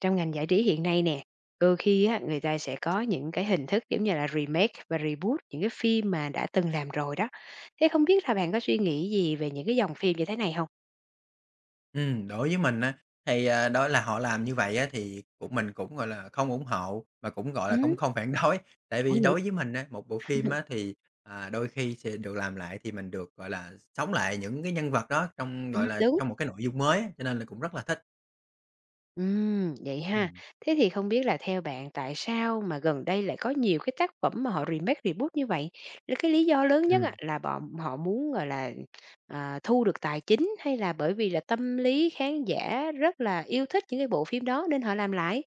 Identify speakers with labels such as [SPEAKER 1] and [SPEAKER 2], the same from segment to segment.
[SPEAKER 1] Trong ngành giải trí hiện nay nè, đôi khi á, người ta sẽ có những cái hình thức giống như là remake và reboot những cái phim mà đã từng làm rồi đó. Thế không biết là bạn có suy nghĩ gì về những cái dòng phim như thế này không?
[SPEAKER 2] Ừ, đối với mình á, đó là họ làm như vậy á thì của mình cũng, gọi là, không ủng hộ mà cũng, gọi là,
[SPEAKER 1] Ừm.
[SPEAKER 2] cũng không phản đối. Tại
[SPEAKER 1] Ủa,
[SPEAKER 2] vì
[SPEAKER 1] vậy
[SPEAKER 2] đối với mình á, một bộ phim á thì đôi khi sẽ được làm lại thì mình được, gọi là, sống lại những cái nhân vật đó trong, gọi là,
[SPEAKER 1] đúng.
[SPEAKER 2] trong một cái nội dung mới á, cho nên là cũng rất là thích.
[SPEAKER 1] Vậy
[SPEAKER 2] Ừ.
[SPEAKER 1] ha. Thế thì không biết là theo bạn tại sao mà gần đây lại có nhiều cái tác phẩm mà họ remake, reboot như vậy? Là cái lý do lớn nhất á, là bọn họ muốn, gọi là, thu được tài chính, hay là bởi vì là tâm lý khán giả rất là yêu thích những cái bộ phim đó nên họ làm lại?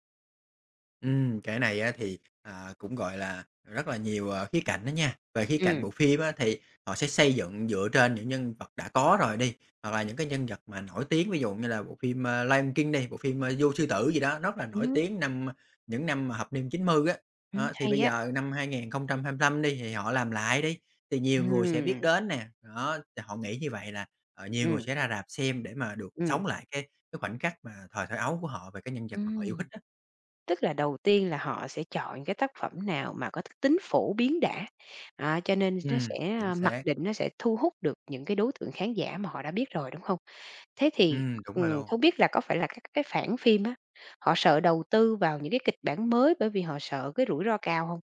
[SPEAKER 2] Cái này á thì cũng, gọi là, rất là nhiều, khía cạnh đó nha. Về khía cạnh
[SPEAKER 1] Ừm.
[SPEAKER 2] bộ phim á thì họ sẽ xây dựng dựa trên những nhân vật đã có rồi đi, hoặc là những cái nhân vật mà nổi tiếng, ví dụ như là bộ phim, Lion King đi, bộ phim, Vua Sư Tử gì đó, rất là nổi
[SPEAKER 1] Ừm,
[SPEAKER 2] tiếng những năm mà thập niên 90 á. Đó, thì bây
[SPEAKER 1] hay á.
[SPEAKER 2] giờ năm 2025 đi thì họ làm lại đi, thì nhiều người sẽ biết
[SPEAKER 1] Ừm,
[SPEAKER 2] đến nè, đó, thì họ nghĩ như vậy là, ờ, nhiều người
[SPEAKER 1] ừm,
[SPEAKER 2] sẽ ra rạp xem để mà được
[SPEAKER 1] ừm,
[SPEAKER 2] sống lại cái khoảnh khắc mà thời thơ ấu của họ về cái nhân vật mà họ yêu thích
[SPEAKER 1] ừm,
[SPEAKER 2] á.
[SPEAKER 1] tức là đầu tiên là họ sẽ chọn cái tác phẩm nào mà có tính phổ biến đã, cho nên nó sẽ,
[SPEAKER 2] Chính
[SPEAKER 1] mặc
[SPEAKER 2] xác.
[SPEAKER 1] định nó sẽ thu hút được những cái đối tượng khán giả mà họ đã biết rồi, đúng không? Thế thì,
[SPEAKER 2] Đúng rồi luôn.
[SPEAKER 1] không biết là có phải là các cái phản phim á, họ sợ đầu tư vào những cái kịch bản mới bởi vì họ sợ cái rủi ro cao hông?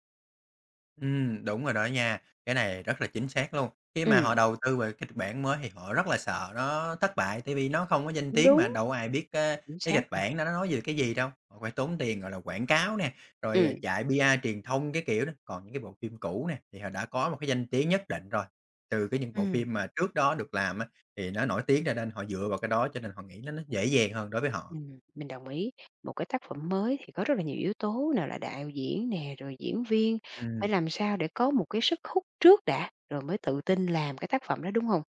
[SPEAKER 2] Đúng rồi đó nha, cái này rất là chính xác luôn. Khi mà họ
[SPEAKER 1] Ừm.
[SPEAKER 2] đầu tư về cái kịch bản mới thì họ rất là sợ nó thất bại, tại vì nó không có danh
[SPEAKER 1] Cũng
[SPEAKER 2] tiếng mà
[SPEAKER 1] đúng.
[SPEAKER 2] đâu ai biết cái
[SPEAKER 1] Chính
[SPEAKER 2] cái kịch
[SPEAKER 1] xác luôn.
[SPEAKER 2] bản đó nó nói về cái gì đâu. Họ phải tốn tiền, gọi là, quảng cáo nè, rồi,
[SPEAKER 1] Ừm.
[SPEAKER 2] chạy PR truyền thông cái kiểu đó. Còn những cái bộ phim cũ nè, thì họ đã có một cái danh tiếng nhất định rồi, từ cái những bộ
[SPEAKER 1] Ừm.
[SPEAKER 2] phim mà trước đó được làm á, thì nó nổi tiếng ra nên họ dựa vào cái đó cho nên họ nghĩ nó dễ dàng hơn đối với họ.
[SPEAKER 1] Mình đồng ý. Một cái tác phẩm mới thì có rất là nhiều yếu tố, nào là đạo diễn nè, rồi diễn viên, phải
[SPEAKER 2] Ừm,
[SPEAKER 1] làm sao để có một cái sức hút trước đã, rồi mới tự tin làm cái tác phẩm đó, đúng không?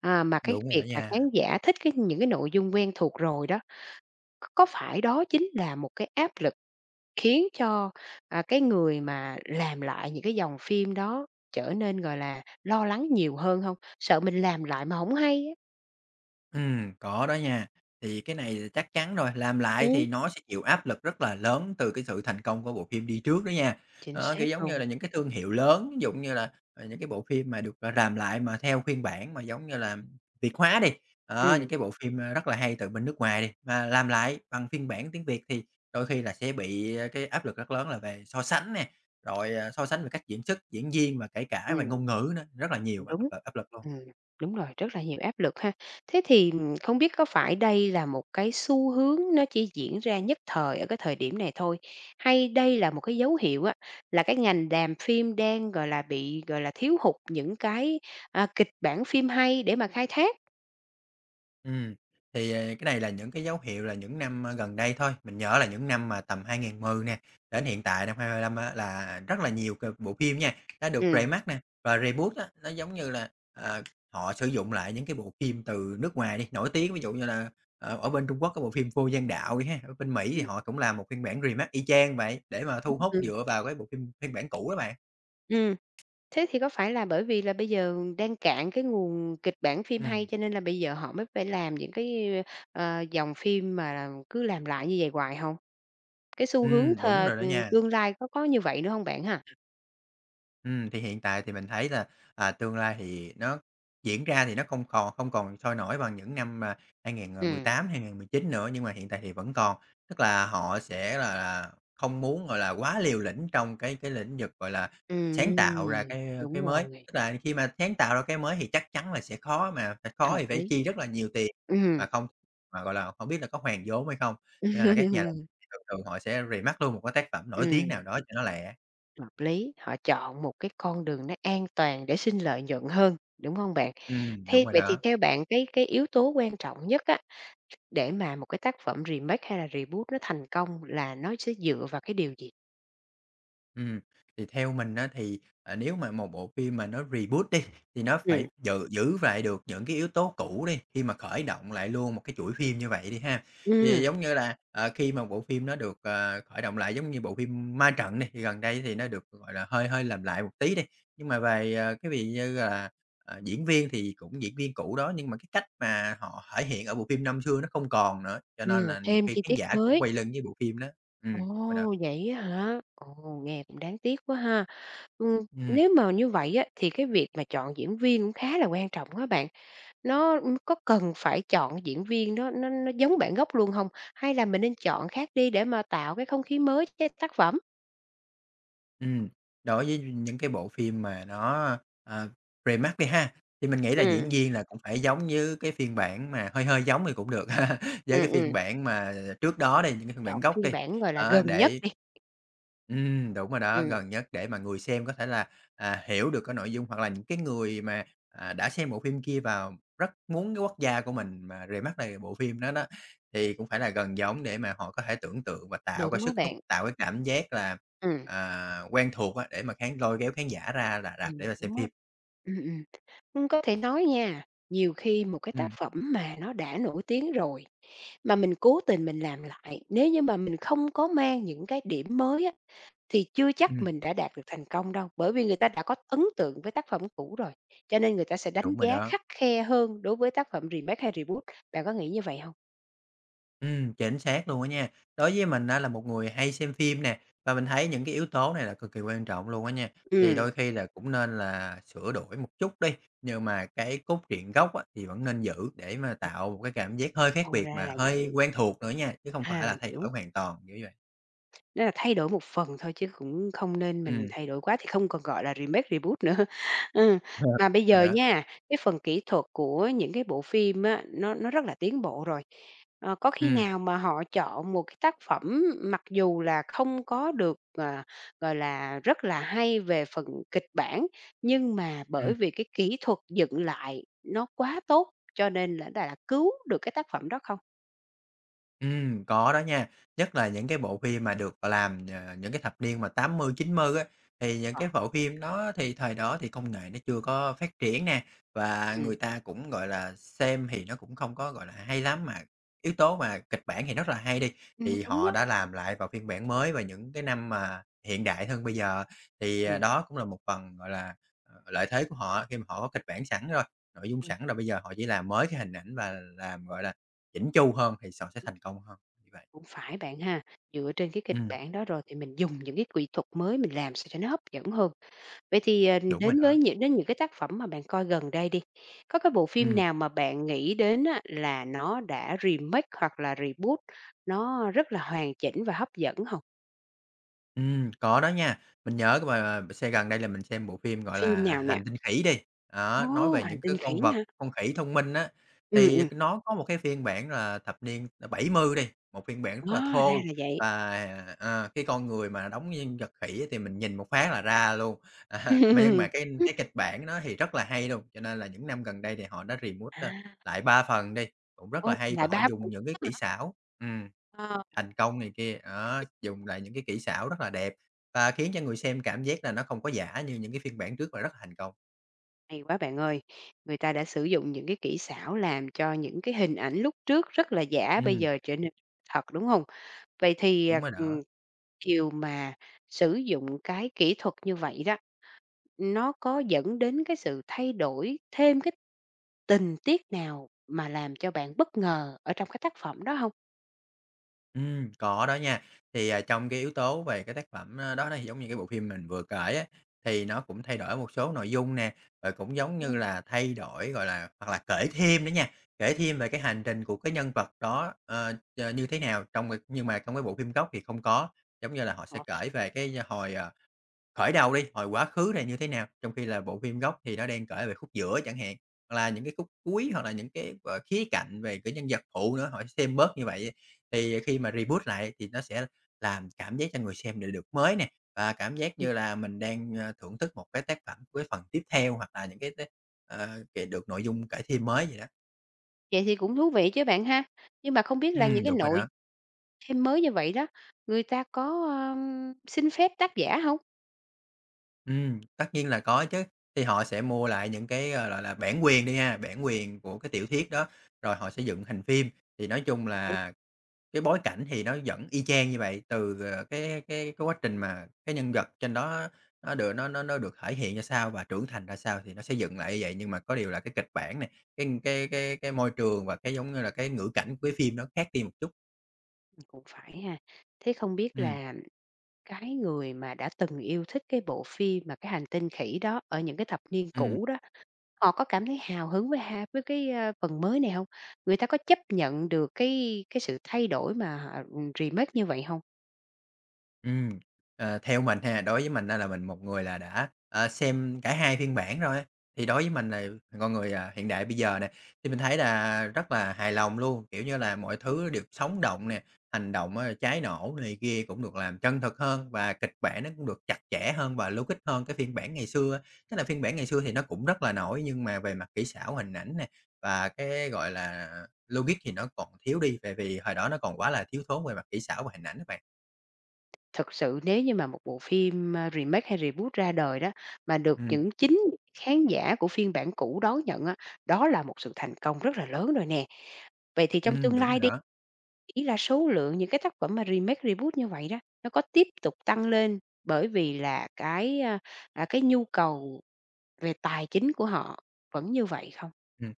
[SPEAKER 1] À, mà cái
[SPEAKER 2] đúng rồi đó
[SPEAKER 1] việc mà
[SPEAKER 2] nha.
[SPEAKER 1] khán giả thích cái những cái nội dung quen thuộc rồi đó, c có phải đó chính là một cái áp lực khiến cho, cái người mà làm lại những cái dòng phim đó trở nên, gọi là, lo lắng nhiều hơn không? Sợ mình làm lại mà không hay á.
[SPEAKER 2] Có đó nha. Thì cái này thì chắc chắn rồi, làm lại
[SPEAKER 1] Ừm.
[SPEAKER 2] thì nó sẽ chịu áp lực rất là lớn từ cái sự thành công của bộ phim đi trước đó nha.
[SPEAKER 1] Chính
[SPEAKER 2] Đó, kiểu,
[SPEAKER 1] xác
[SPEAKER 2] giống như
[SPEAKER 1] luôn.
[SPEAKER 2] là những cái thương hiệu lớn, ví dụ như là, ờ, những cái bộ phim mà được, gọi, làm lại mà theo phiên bản mà giống như là Việt hóa đi,
[SPEAKER 1] Ừ.
[SPEAKER 2] đó, những cái bộ phim, rất là hay từ bên nước ngoài đi, mà làm lại bằng phiên bản tiếng Việt thì đôi khi là sẽ bị, cái áp lực rất lớn là về so sánh nè, rồi, so sánh về cách diễn xuất, diễn viên và kể cả về ngôn
[SPEAKER 1] Ừm.
[SPEAKER 2] ngữ nữa, rất là nhiều
[SPEAKER 1] Cũng đúng.
[SPEAKER 2] áp lực luôn.
[SPEAKER 1] Ừm, đúng rồi, rất là nhiều áp lực ha. Thế thì, không biết có phải đây là một cái xu hướng nó chỉ diễn ra nhất thời ở cái thời điểm này thôi, hay đây là một cái dấu hiệu á, là cái ngành làm phim đang, gọi là, bị, gọi là, thiếu hụt những cái, kịch bản phim hay để mà khai thác?
[SPEAKER 2] Ừm, thì, cái này là những cái dấu hiệu là những năm, gần đây thôi, mình nhớ là những năm mà tầm 2010 nè, đến hiện tại năm 2025 á là rất là nhiều bộ phim nha, đã được
[SPEAKER 1] Ừm,
[SPEAKER 2] remake nè, và reboot á, nó giống như là, ờ, họ sử dụng lại những cái bộ phim từ nước ngoài đi, nổi tiếng, ví dụ như là, ở bên Trung Quốc có bộ phim "Vô Gian Đạo" đi ha, ở bên Mỹ thì
[SPEAKER 1] ừm,
[SPEAKER 2] họ cũng làm một phiên bản remake y chang vậy, để mà thu hút
[SPEAKER 1] ừm,
[SPEAKER 2] dựa vào cái bộ phim phiên bản cũ đó bạn.
[SPEAKER 1] ừm. Thế thì có phải là bởi vì là bây giờ đang cạn cái nguồn kịch bản phim hay
[SPEAKER 2] Ừm.
[SPEAKER 1] cho nên là bây giờ họ mới phải làm những cái, dòng phim mà cứ làm lại như vậy hoài không? Cái xu hướng th
[SPEAKER 2] Đúng rồi đó nha.
[SPEAKER 1] tương lai có như vậy nữa hông bạn ha?
[SPEAKER 2] Thì hiện tại thì mình thấy là, tương lai thì nó diễn ra thì nó không còn sôi nổi bằng những năm mà
[SPEAKER 1] Ừm.
[SPEAKER 2] 2018, chín nữa, nhưng mà hiện tại thì vẫn còn. Tức là họ sẽ là không muốn, gọi là, quá liều lĩnh trong cái lĩnh vực, gọi là, sáng tạo ra
[SPEAKER 1] Ừm,
[SPEAKER 2] cái
[SPEAKER 1] đúng
[SPEAKER 2] mới.
[SPEAKER 1] rồi,
[SPEAKER 2] Tức là khi mà sáng tạo ra cái mới thì chắc chắn là sẽ khó, mà phải khó
[SPEAKER 1] hợp
[SPEAKER 2] thì phải
[SPEAKER 1] lý.
[SPEAKER 2] chi rất là nhiều tiền, mà
[SPEAKER 1] Ừm.
[SPEAKER 2] không mà, gọi là, không biết là có hoàn vốn hay không. Cho nên là các nhà làm thường thường họ sẽ remake luôn một cái tác phẩm nổi tiếng nào
[SPEAKER 1] Ừm,
[SPEAKER 2] đó cho nó lẹ.
[SPEAKER 1] hợp lý, họ chọn một cái con đường nó an toàn để sinh lợi nhuận hơn, đúng hông bạn?
[SPEAKER 2] Đúng
[SPEAKER 1] Thế
[SPEAKER 2] rồi
[SPEAKER 1] vậy thì
[SPEAKER 2] đó.
[SPEAKER 1] theo bạn cái yếu tố quan trọng nhất á, để mà một cái tác phẩm remake hay là reboot nó thành công là nó sẽ dựa vào cái điều gì?
[SPEAKER 2] Ừm, thì theo mình á thì, nếu mà một bộ phim mà nó reboot đi, thì nó phải
[SPEAKER 1] Ừm,
[SPEAKER 2] giữ giữ lại được những cái yếu tố cũ đi, khi mà khởi động lại luôn một cái chuỗi phim như vậy đi ha. Thì
[SPEAKER 1] ừm,
[SPEAKER 2] giống như là, ờ, khi mà bộ phim nó được, khởi động lại giống như bộ phim Ma Trận đi, thì gần đây thì nó được, gọi là, hơi hơi làm lại một tí đi, nhưng mà về, cái việc như là, diễn viên thì cũng diễn viên cũ đó, nhưng mà cái cách mà họ thể hiện ở bộ phim năm xưa nó không còn nữa, cho nên
[SPEAKER 1] ừm,
[SPEAKER 2] là nhiều
[SPEAKER 1] thêm
[SPEAKER 2] khi
[SPEAKER 1] chi
[SPEAKER 2] khán
[SPEAKER 1] tiết
[SPEAKER 2] giả cũng
[SPEAKER 1] mới.
[SPEAKER 2] quay lưng với bộ phim đó. Đúng rồi đó.
[SPEAKER 1] Ồ, vậy á hả? Ồ, nghe cũng đáng tiếc quá ha.
[SPEAKER 2] Ừm.
[SPEAKER 1] Nếu mà như vậy á, thì cái việc mà chọn diễn viên cũng khá là quan trọng á bạn. Nó có cần phải chọn diễn viên đó nó giống bản gốc luôn không? Hay là mình nên chọn khác đi để mà tạo cái không khí mới cho cái tác phẩm?
[SPEAKER 2] Ừm, đối với những cái bộ phim mà nó, ờ, remake đi ha, thì mình nghĩ là diễn
[SPEAKER 1] Ừm,
[SPEAKER 2] viên là cũng phải giống như cái phiên bản mà hơi hơi giống thì cũng được với
[SPEAKER 1] ừm,
[SPEAKER 2] cái phiên
[SPEAKER 1] ừm,
[SPEAKER 2] bản mà trước đó đi, những cái phiên bản
[SPEAKER 1] chọn
[SPEAKER 2] gốc
[SPEAKER 1] phiên
[SPEAKER 2] đi,
[SPEAKER 1] bản, gọi là,
[SPEAKER 2] đó,
[SPEAKER 1] gần nhất
[SPEAKER 2] để
[SPEAKER 1] đi.
[SPEAKER 2] Đúng rồi đó,
[SPEAKER 1] Ừm,
[SPEAKER 2] gần nhất để mà người xem có thể là, hiểu được cái nội dung hoặc là những cái người mà, đã xem bộ phim kia và rất muốn cái quốc gia của mình mà remake lại bộ phim đó đó, thì cũng phải là gần giống để mà họ có thể tưởng tượng và tạo cái
[SPEAKER 1] đúng á
[SPEAKER 2] sức hút,
[SPEAKER 1] bạn.
[SPEAKER 2] tạo cái cảm giác là,
[SPEAKER 1] Ừm,
[SPEAKER 2] à, quen thuộc á, để mà lôi kéo khán giả ra là rạp để mà xem
[SPEAKER 1] đúng á.
[SPEAKER 2] phim.
[SPEAKER 1] Ừm, ừm. Ưm, có thể nói nha, nhiều khi một cái tác
[SPEAKER 2] Ừm,
[SPEAKER 1] phẩm mà nó đã nổi tiếng rồi, mà mình cố tình mình làm lại, nếu như mà mình không có mang những cái điểm mới á, thì chưa chắc
[SPEAKER 2] ừm,
[SPEAKER 1] mình đã đạt được thành công đâu, bởi vì người ta đã có ấn tượng với tác phẩm cũ rồi, cho nên người ta sẽ đánh
[SPEAKER 2] đúng rồi
[SPEAKER 1] giá
[SPEAKER 2] đó.
[SPEAKER 1] khắt khe hơn đối với tác phẩm remake hay reboot. Bạn có nghĩ như vậy không?
[SPEAKER 2] Chính xác luôn á nha. Đối với mình á là một người hay xem phim nè, và mình thấy những cái yếu tố này là cực kỳ quan trọng luôn á nha. Thì
[SPEAKER 1] Ừ.
[SPEAKER 2] đôi khi là cũng nên là sửa đổi một chút đi, nhưng mà cái cốt truyện gốc á thì vẫn nên giữ để mà
[SPEAKER 1] Ừm.
[SPEAKER 2] tạo một cái cảm giác hơi khác
[SPEAKER 1] Ồ,
[SPEAKER 2] biệt
[SPEAKER 1] ra
[SPEAKER 2] mà
[SPEAKER 1] là
[SPEAKER 2] hơi
[SPEAKER 1] vậy.
[SPEAKER 2] quen thuộc nữa nha, chứ không phải
[SPEAKER 1] Ha
[SPEAKER 2] là
[SPEAKER 1] mình
[SPEAKER 2] thay đổi
[SPEAKER 1] hiểu.
[SPEAKER 2] hoàn toàn, kiểu như vậy.
[SPEAKER 1] Nghĩa là thay đổi một phần thôi chứ cũng không nên mình
[SPEAKER 2] Ừm.
[SPEAKER 1] thay đổi quá thì không còn gọi là remake, reboot nữa. Ừ, mà bây
[SPEAKER 2] Rồi
[SPEAKER 1] giờ
[SPEAKER 2] đó.
[SPEAKER 1] nha, cái phần kỹ thuật của những cái bộ phim á, nó rất là tiến bộ rồi. Ờ, có khi
[SPEAKER 2] Ừm.
[SPEAKER 1] nào mà họ chọn một cái tác phẩm mặc dù là không có được, gọi là, rất là hay về phần kịch bản, nhưng mà
[SPEAKER 2] Ừm.
[SPEAKER 1] bởi vì cái kỹ thuật dựng lại nó quá tốt cho nên là đã cứu được cái tác phẩm đó không?
[SPEAKER 2] Có đó nha, nhất là những cái bộ phim mà được làm, những cái thập niên mà 80 90 á, thì những
[SPEAKER 1] Ờ,
[SPEAKER 2] cái bộ phim đó thì thời đó thì công nghệ nó chưa có phát triển nè, và
[SPEAKER 1] ừm.
[SPEAKER 2] người ta cũng, gọi là, xem thì nó cũng không có, gọi là, hay lắm, mà yếu tố mà kịch bản thì rất là hay đi, thì
[SPEAKER 1] Đúng
[SPEAKER 2] họ
[SPEAKER 1] đó.
[SPEAKER 2] đã làm lại vào phiên bản mới và những cái năm mà hiện đại hơn bây giờ. Thì, đó cũng là một phần, gọi là, ờ, lợi thế của họ khi mà họ có kịch bản sẵn rồi, nội dung
[SPEAKER 1] Ừm.
[SPEAKER 2] sẵn rồi, bây giờ họ chỉ làm mới cái hình ảnh và làm, gọi là, chỉnh chu hơn thì sòn sẽ thành công hơn, như vậy.
[SPEAKER 1] Cũng phải bạn ha, dựa trên cái kịch
[SPEAKER 2] Ừm,
[SPEAKER 1] bản đó rồi thì mình dùng những cái kỹ thuật mới mình làm sao cho nó hấp dẫn hơn. Vậy thì,
[SPEAKER 2] đúng rồi
[SPEAKER 1] đến
[SPEAKER 2] đó.
[SPEAKER 1] với những đến những cái tác phẩm mà bạn coi gần đây đi, có cái bộ phim
[SPEAKER 2] Ừm,
[SPEAKER 1] nào mà bạn nghĩ đến á là nó đã remake hoặc là reboot, nó rất là hoàn chỉnh và hấp dẫn không?
[SPEAKER 2] có đó nha. Mình nhớ cái bài xem gần đây là mình xem bộ phim, gọi
[SPEAKER 1] Phim
[SPEAKER 2] là,
[SPEAKER 1] nào nè?
[SPEAKER 2] Hành Tinh Khỉ đi,
[SPEAKER 1] Ồ,
[SPEAKER 2] đó, nói về
[SPEAKER 1] oh Hành
[SPEAKER 2] những cái
[SPEAKER 1] Tinh Khỉ
[SPEAKER 2] con vật,
[SPEAKER 1] hả?
[SPEAKER 2] con khỉ thông minh á,
[SPEAKER 1] Ừm,
[SPEAKER 2] thì
[SPEAKER 1] ừm,
[SPEAKER 2] nó có một cái phiên bản là thập niên, 70 đi, một phiên bản rất là
[SPEAKER 1] á, ra
[SPEAKER 2] thô
[SPEAKER 1] là vậy.
[SPEAKER 2] và, ờ, cái con người mà đóng nhân vật khỉ á thì mình nhìn một phát là ra luôn. À, mà nhưng mà cái
[SPEAKER 1] Ừm.
[SPEAKER 2] kịch bản nó thì rất là hay luôn, cho nên là những năm gần đây thì họ đã remake,
[SPEAKER 1] À,
[SPEAKER 2] ơ, lại 3 phần đi. Cũng rất
[SPEAKER 1] ô,
[SPEAKER 2] là hay và
[SPEAKER 1] lại
[SPEAKER 2] họ
[SPEAKER 1] ba
[SPEAKER 2] dùng
[SPEAKER 1] bộ
[SPEAKER 2] những cái
[SPEAKER 1] hả?
[SPEAKER 2] kỹ xảo ừm,
[SPEAKER 1] Ờ.
[SPEAKER 2] thành công này kia, đó, dùng lại những cái kỹ xảo rất là đẹp và khiến cho người xem cảm giác là nó không có giả như những cái phiên bản trước và rất là thành công.
[SPEAKER 1] Hay quá bạn ơi, người ta đã sử dụng những cái kỹ xảo làm cho những cái hình ảnh lúc trước rất là giả bây
[SPEAKER 2] Ừm.
[SPEAKER 1] giờ trở nên thật, đúng không? Vậy thì,
[SPEAKER 2] Đúng rồi đó.
[SPEAKER 1] điều mà sử dụng cái kỹ thuật như vậy đó, nó có dẫn đến cái sự thay đổi thêm cái tình tiết nào mà làm cho bạn bất ngờ ở trong cái tác phẩm đó không?
[SPEAKER 2] Có đó nha. Thì, trong cái yếu tố về cái tác phẩm, đó đó, thì giống như cái bộ phim mình vừa kể á, thì nó cũng thay đổi một số nội dung nè, rồi cũng giống như
[SPEAKER 1] Ừm.
[SPEAKER 2] là thay đổi, gọi là hoặc là kể thêm nữa nha, kể thêm về cái hành trình của cái nhân vật đó, ờ, ch như thế nào trong, nhưng mà trong cái bộ phim gốc thì không có. Giống như là họ sẽ
[SPEAKER 1] Ờ,
[SPEAKER 2] kể về cái hồi, khởi đầu đi, hồi quá khứ này như thế nào? Trong khi là bộ phim gốc thì nó đang kể về khúc giữa chẳng hạn, hoặc là những cái khúc cuối, hoặc là những cái, khía cạnh về cái nhân vật phụ nữa, họ xem bớt như vậy. Thì khi mà reboot lại thì nó sẽ làm cảm giác cho người xem được được mới nè, và cảm giác
[SPEAKER 1] ừm,
[SPEAKER 2] như là mình đang, thưởng thức một cái tác phẩm của cái phần tiếp theo, hoặc là những cái kể được nội dung cải thêm mới vậy đó.
[SPEAKER 1] vậy thì cũng thú vị chứ bạn ha. Nhưng mà không biết là những cái
[SPEAKER 2] Đúng rồi
[SPEAKER 1] nội
[SPEAKER 2] đó.
[SPEAKER 1] thêm mới như vậy đó, người ta có, xin phép tác giả không?
[SPEAKER 2] Tất nhiên là có chứ, thì họ sẽ mua lại những cái, gọi là, bản quyền đi ha, bản quyền của cái tiểu thuyết đó, rồi họ sẽ dựng thành phim. Thì nói chung là cái bối cảnh thì nó vẫn y chang như vậy, từ, cái quá trình mà cái nhân vật trên đó nó được thể hiện ra sao và trưởng thành ra sao thì nó sẽ dựng lại như vậy. Nhưng mà có điều là cái kịch bản này, cái môi trường và cái, giống như là, cái ngữ cảnh của cái phim nó khác đi một chút.
[SPEAKER 1] Cũng phải ha. Thế không biết
[SPEAKER 2] Ừm,
[SPEAKER 1] là cái người mà đã từng yêu thích cái bộ phim mà cái hành tinh khỉ đó ở những cái thập niên
[SPEAKER 2] ừm.
[SPEAKER 1] cũ đó, họ có cảm thấy hào hứng với ha với cái, phần mới này không? Người ta có chấp nhận được cái sự thay đổi mà họ, remake như vậy không?
[SPEAKER 2] Ừm, theo mình ha, đối với mình á là mình một người là đã, xem cả hai phiên bản rồi á, thì đối với mình là con người, hiện đại bây giờ nè, thì mình thấy là rất là hài lòng luôn, kiểu như là, mọi thứ đều sống động nè, hành động á cháy nổ này kia cũng được làm chân thực hơn và kịch bản nó cũng được chặt chẽ hơn và logic hơn cái phiên bản ngày xưa á. Tức là phiên bản ngày xưa thì nó cũng rất là nổi nhưng mà về mặt kỹ xảo, hình ảnh nè, và cái, gọi là, logic thì nó còn thiếu đi, tại vì hồi đó nó còn quá là thiếu thốn về mặt kỹ xảo và hình ảnh các bạn.
[SPEAKER 1] Thực sự nếu như mà một bộ phim, remake hay reboot ra đời đó, mà được những chính khán giả của phiên bản cũ đón nhận á, đó là một sự thành công rất là lớn rồi nè. Vậy thì trong tương
[SPEAKER 2] Đúng
[SPEAKER 1] lai
[SPEAKER 2] rồi
[SPEAKER 1] đi
[SPEAKER 2] đó.
[SPEAKER 1] Ý là số lượng những cái tác phẩm mà remake, reboot như vậy đó, nó có tiếp tục tăng lên bởi vì là cái, cái nhu cầu về tài chính của họ vẫn như vậy không?
[SPEAKER 2] Ừm,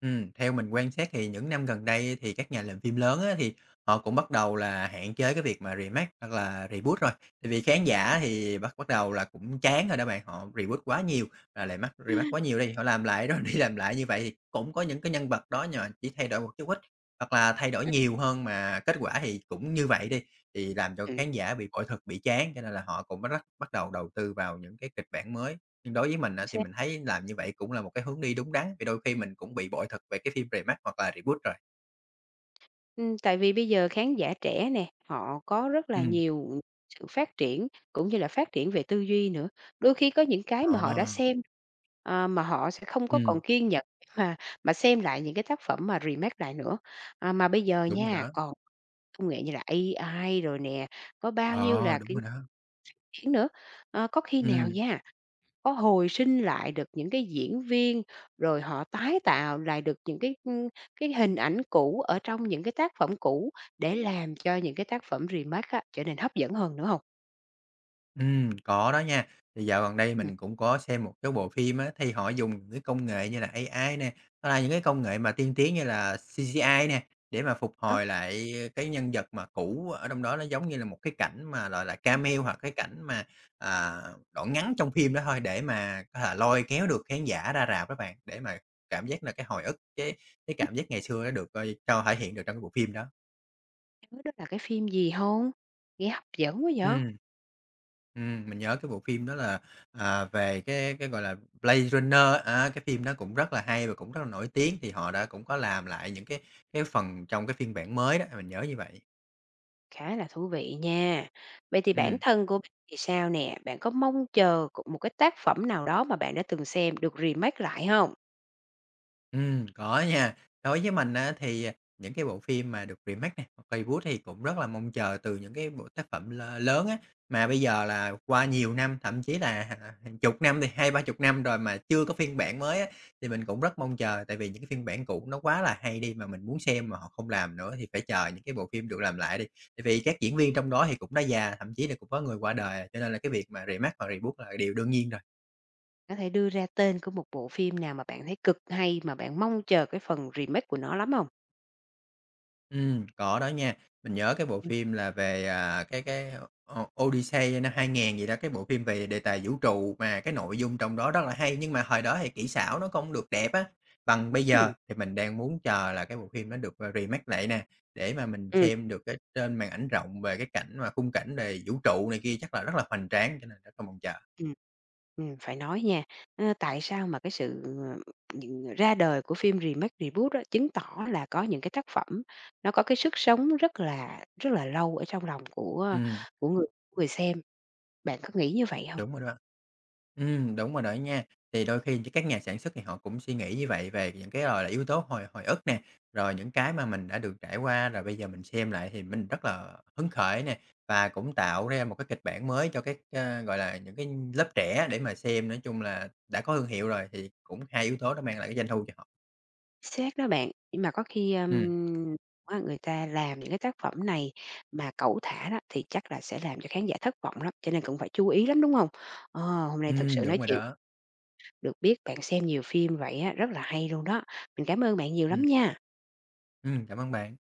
[SPEAKER 2] theo mình quan sát thì những năm gần đây thì các nhà làm phim lớn á, thì họ cũng bắt đầu là hạn chế cái việc mà remake hoặc là reboot rồi. Tại vì khán giả thì bắt bắt đầu là cũng chán rồi đó bạn, họ reboot quá nhiều, là lại mắc remake quá nhiều đi, họ làm lại rồi đi làm lại như vậy thì cũng có những cái nhân vật đó nhưng mà chỉ thay đổi một chút ít, hoặc là thay đổi
[SPEAKER 1] Ừm.
[SPEAKER 2] nhiều hơn mà kết quả thì cũng như vậy đi, thì làm cho khán giả bị bội thực, bị chán, cho nên là họ cũng bắt bắt bắt đầu đầu tư vào những cái kịch bản mới. Nhưng đối với mình á, thì mình thấy làm như vậy cũng là một cái hướng đi đúng đắn, vì đôi khi mình cũng bị bội thực về cái phim remake hoặc là reboot rồi.
[SPEAKER 1] Tại vì bây giờ khán giả trẻ nè, họ có rất là
[SPEAKER 2] Ừm.
[SPEAKER 1] nhiều sự phát triển, cũng như là phát triển về tư duy nữa. Đôi khi có những cái mà họ đã
[SPEAKER 2] Ờ,
[SPEAKER 1] xem, mà họ sẽ không có
[SPEAKER 2] ừm,
[SPEAKER 1] còn kiên nhẫn mà xem lại những cái tác phẩm mà remake lại nữa. À, mà bây giờ
[SPEAKER 2] đúng rồi
[SPEAKER 1] nha,
[SPEAKER 2] đó.
[SPEAKER 1] còn công nghệ như là AI rồi nè, có bao nhiêu
[SPEAKER 2] Ờ,
[SPEAKER 1] là
[SPEAKER 2] đúng
[SPEAKER 1] cái
[SPEAKER 2] rồi đó.
[SPEAKER 1] triển nữa. Ờ, có khi
[SPEAKER 2] Ừm.
[SPEAKER 1] nào nha có hồi sinh lại được những cái diễn viên, rồi họ tái tạo lại được những cái, cái hình ảnh cũ ở trong những cái tác phẩm cũ để làm cho những cái tác phẩm remake á, trở nên hấp dẫn hơn nữa không?
[SPEAKER 2] Có đó nha. Thì dạo gần đây
[SPEAKER 1] Ừm.
[SPEAKER 2] mình cũng có xem một cái bộ phim á, thì họ dùng những cái công nghệ như là AI nè, hoặc là những cái công nghệ mà tiên tiến như là CGI nè, để mà phục
[SPEAKER 1] Đó,
[SPEAKER 2] hồi lại cái nhân vật mà cũ ở trong đó, nó giống như là một cái cảnh mà, gọi là, cameo hoặc cái cảnh mà, à, đoạn ngắn trong phim đó thôi, để mà có thể là lôi kéo được khán giả ra rạp các bạn, để mà cảm giác là cái hồi ức, cái
[SPEAKER 1] hông
[SPEAKER 2] cảm giác ngày xưa nó được, cho thể hiện được trong cái bộ phim đó.
[SPEAKER 1] nhớ đó là cái phim gì hông? Nghe hấp dẫn quá vậy,
[SPEAKER 2] Ừm. Mình nhớ cái bộ phim đó là, về cái, gọi là, Blade Runner, á, cái phim đó cũng rất là hay và cũng rất là nổi tiếng, thì họ đã cũng có làm lại những cái phần trong cái phiên bản mới đó, mình nhớ như vậy.
[SPEAKER 1] khá là thú vị nha. Vậy thì bản
[SPEAKER 2] Ừm.
[SPEAKER 1] thân của bạn thì sao nè? Bạn có mong chờ c một cái tác phẩm nào đó mà bạn đã từng xem được remake lại không?
[SPEAKER 2] Có nha. Đối với mình á thì, những cái bộ phim mà được remake nè, hoặc reboot thì cũng rất là mong chờ từ những cái bộ tác phẩm lơ lớn á, mà bây giờ là qua nhiều năm, thậm chí là hàng chục năm thì hai ba chục năm rồi mà chưa có phiên bản mới á, thì mình cũng rất mong chờ. Tại vì những cái phiên bản cũ nó quá là hay đi, mà mình muốn xem mà họ không làm nữa thì phải chờ những cái bộ phim được làm lại đi. Tại vì các diễn viên trong đó thì cũng đã già, thậm chí là cũng có người qua đời, cho nên là cái việc mà remake hoặc reboot là điều đương nhiên rồi.
[SPEAKER 1] Có thể đưa ra tên của một bộ phim nào mà bạn thấy cực hay, mà bạn mong chờ cái phần remake của nó lắm không?
[SPEAKER 2] Có đó nha. Mình nhớ cái bộ
[SPEAKER 1] Ừm,
[SPEAKER 2] phim là về, cái Odyssey năm 2000 gì đó, cái bộ phim về đề tài vũ trụ mà cái nội dung trong đó rất là hay, nhưng mà hồi đó thì kỹ xảo nó không được đẹp á, bằng bây giờ. Thì mình đang muốn chờ là cái bộ phim nó được, remake lại nè, để mà mình
[SPEAKER 1] ừm,
[SPEAKER 2] xem được cái trên màn ảnh rộng về cái cảnh mà khung cảnh về vũ trụ này kia chắc là rất là hoành tráng, cho nên rất là mong chờ.
[SPEAKER 1] ừm. Phải nói nha, tại sao mà cái sự, những ra đời của phim remake, reboot á, chứng tỏ là có những cái tác phẩm nó có cái sức sống rất là lâu ở trong lòng
[SPEAKER 2] Ừm,
[SPEAKER 1] của người người xem. Bạn có nghĩ như vậy hông?
[SPEAKER 2] đúng rồi đó. Đúng rồi đó nha. Thì đôi khi các nhà sản xuất thì họ cũng suy nghĩ như vậy về những cái, gọi là, yếu tố hồi hồi ức nè, rồi những cái mà mình đã được trải qua, rồi bây giờ mình xem lại thì mình rất là hứng khởi nè, và cũng tạo ra một cái kịch bản mới cho các, gọi là, những cái lớp trẻ để mà xem. Nói chung là đã có thương hiệu rồi thì cũng hai yếu tố đó mang lại cái doanh thu cho họ.
[SPEAKER 1] Xác đó bạn, nhưng mà có khi,
[SPEAKER 2] Ừm.
[SPEAKER 1] người ta làm những cái tác phẩm này mà cẩu thả đó thì chắc là sẽ làm cho khán giả thất vọng lắm, cho nên cũng phải chú ý lắm, đúng hông? Ờ, hôm nay thực sự
[SPEAKER 2] Đúng
[SPEAKER 1] nói
[SPEAKER 2] rồi
[SPEAKER 1] chuyện
[SPEAKER 2] đó.
[SPEAKER 1] Được biết bạn xem nhiều phim vậy á, rất là hay luôn đó. Mình cảm ơn bạn nhiều lắm
[SPEAKER 2] Ừm,
[SPEAKER 1] nha.
[SPEAKER 2] cảm ơn bạn.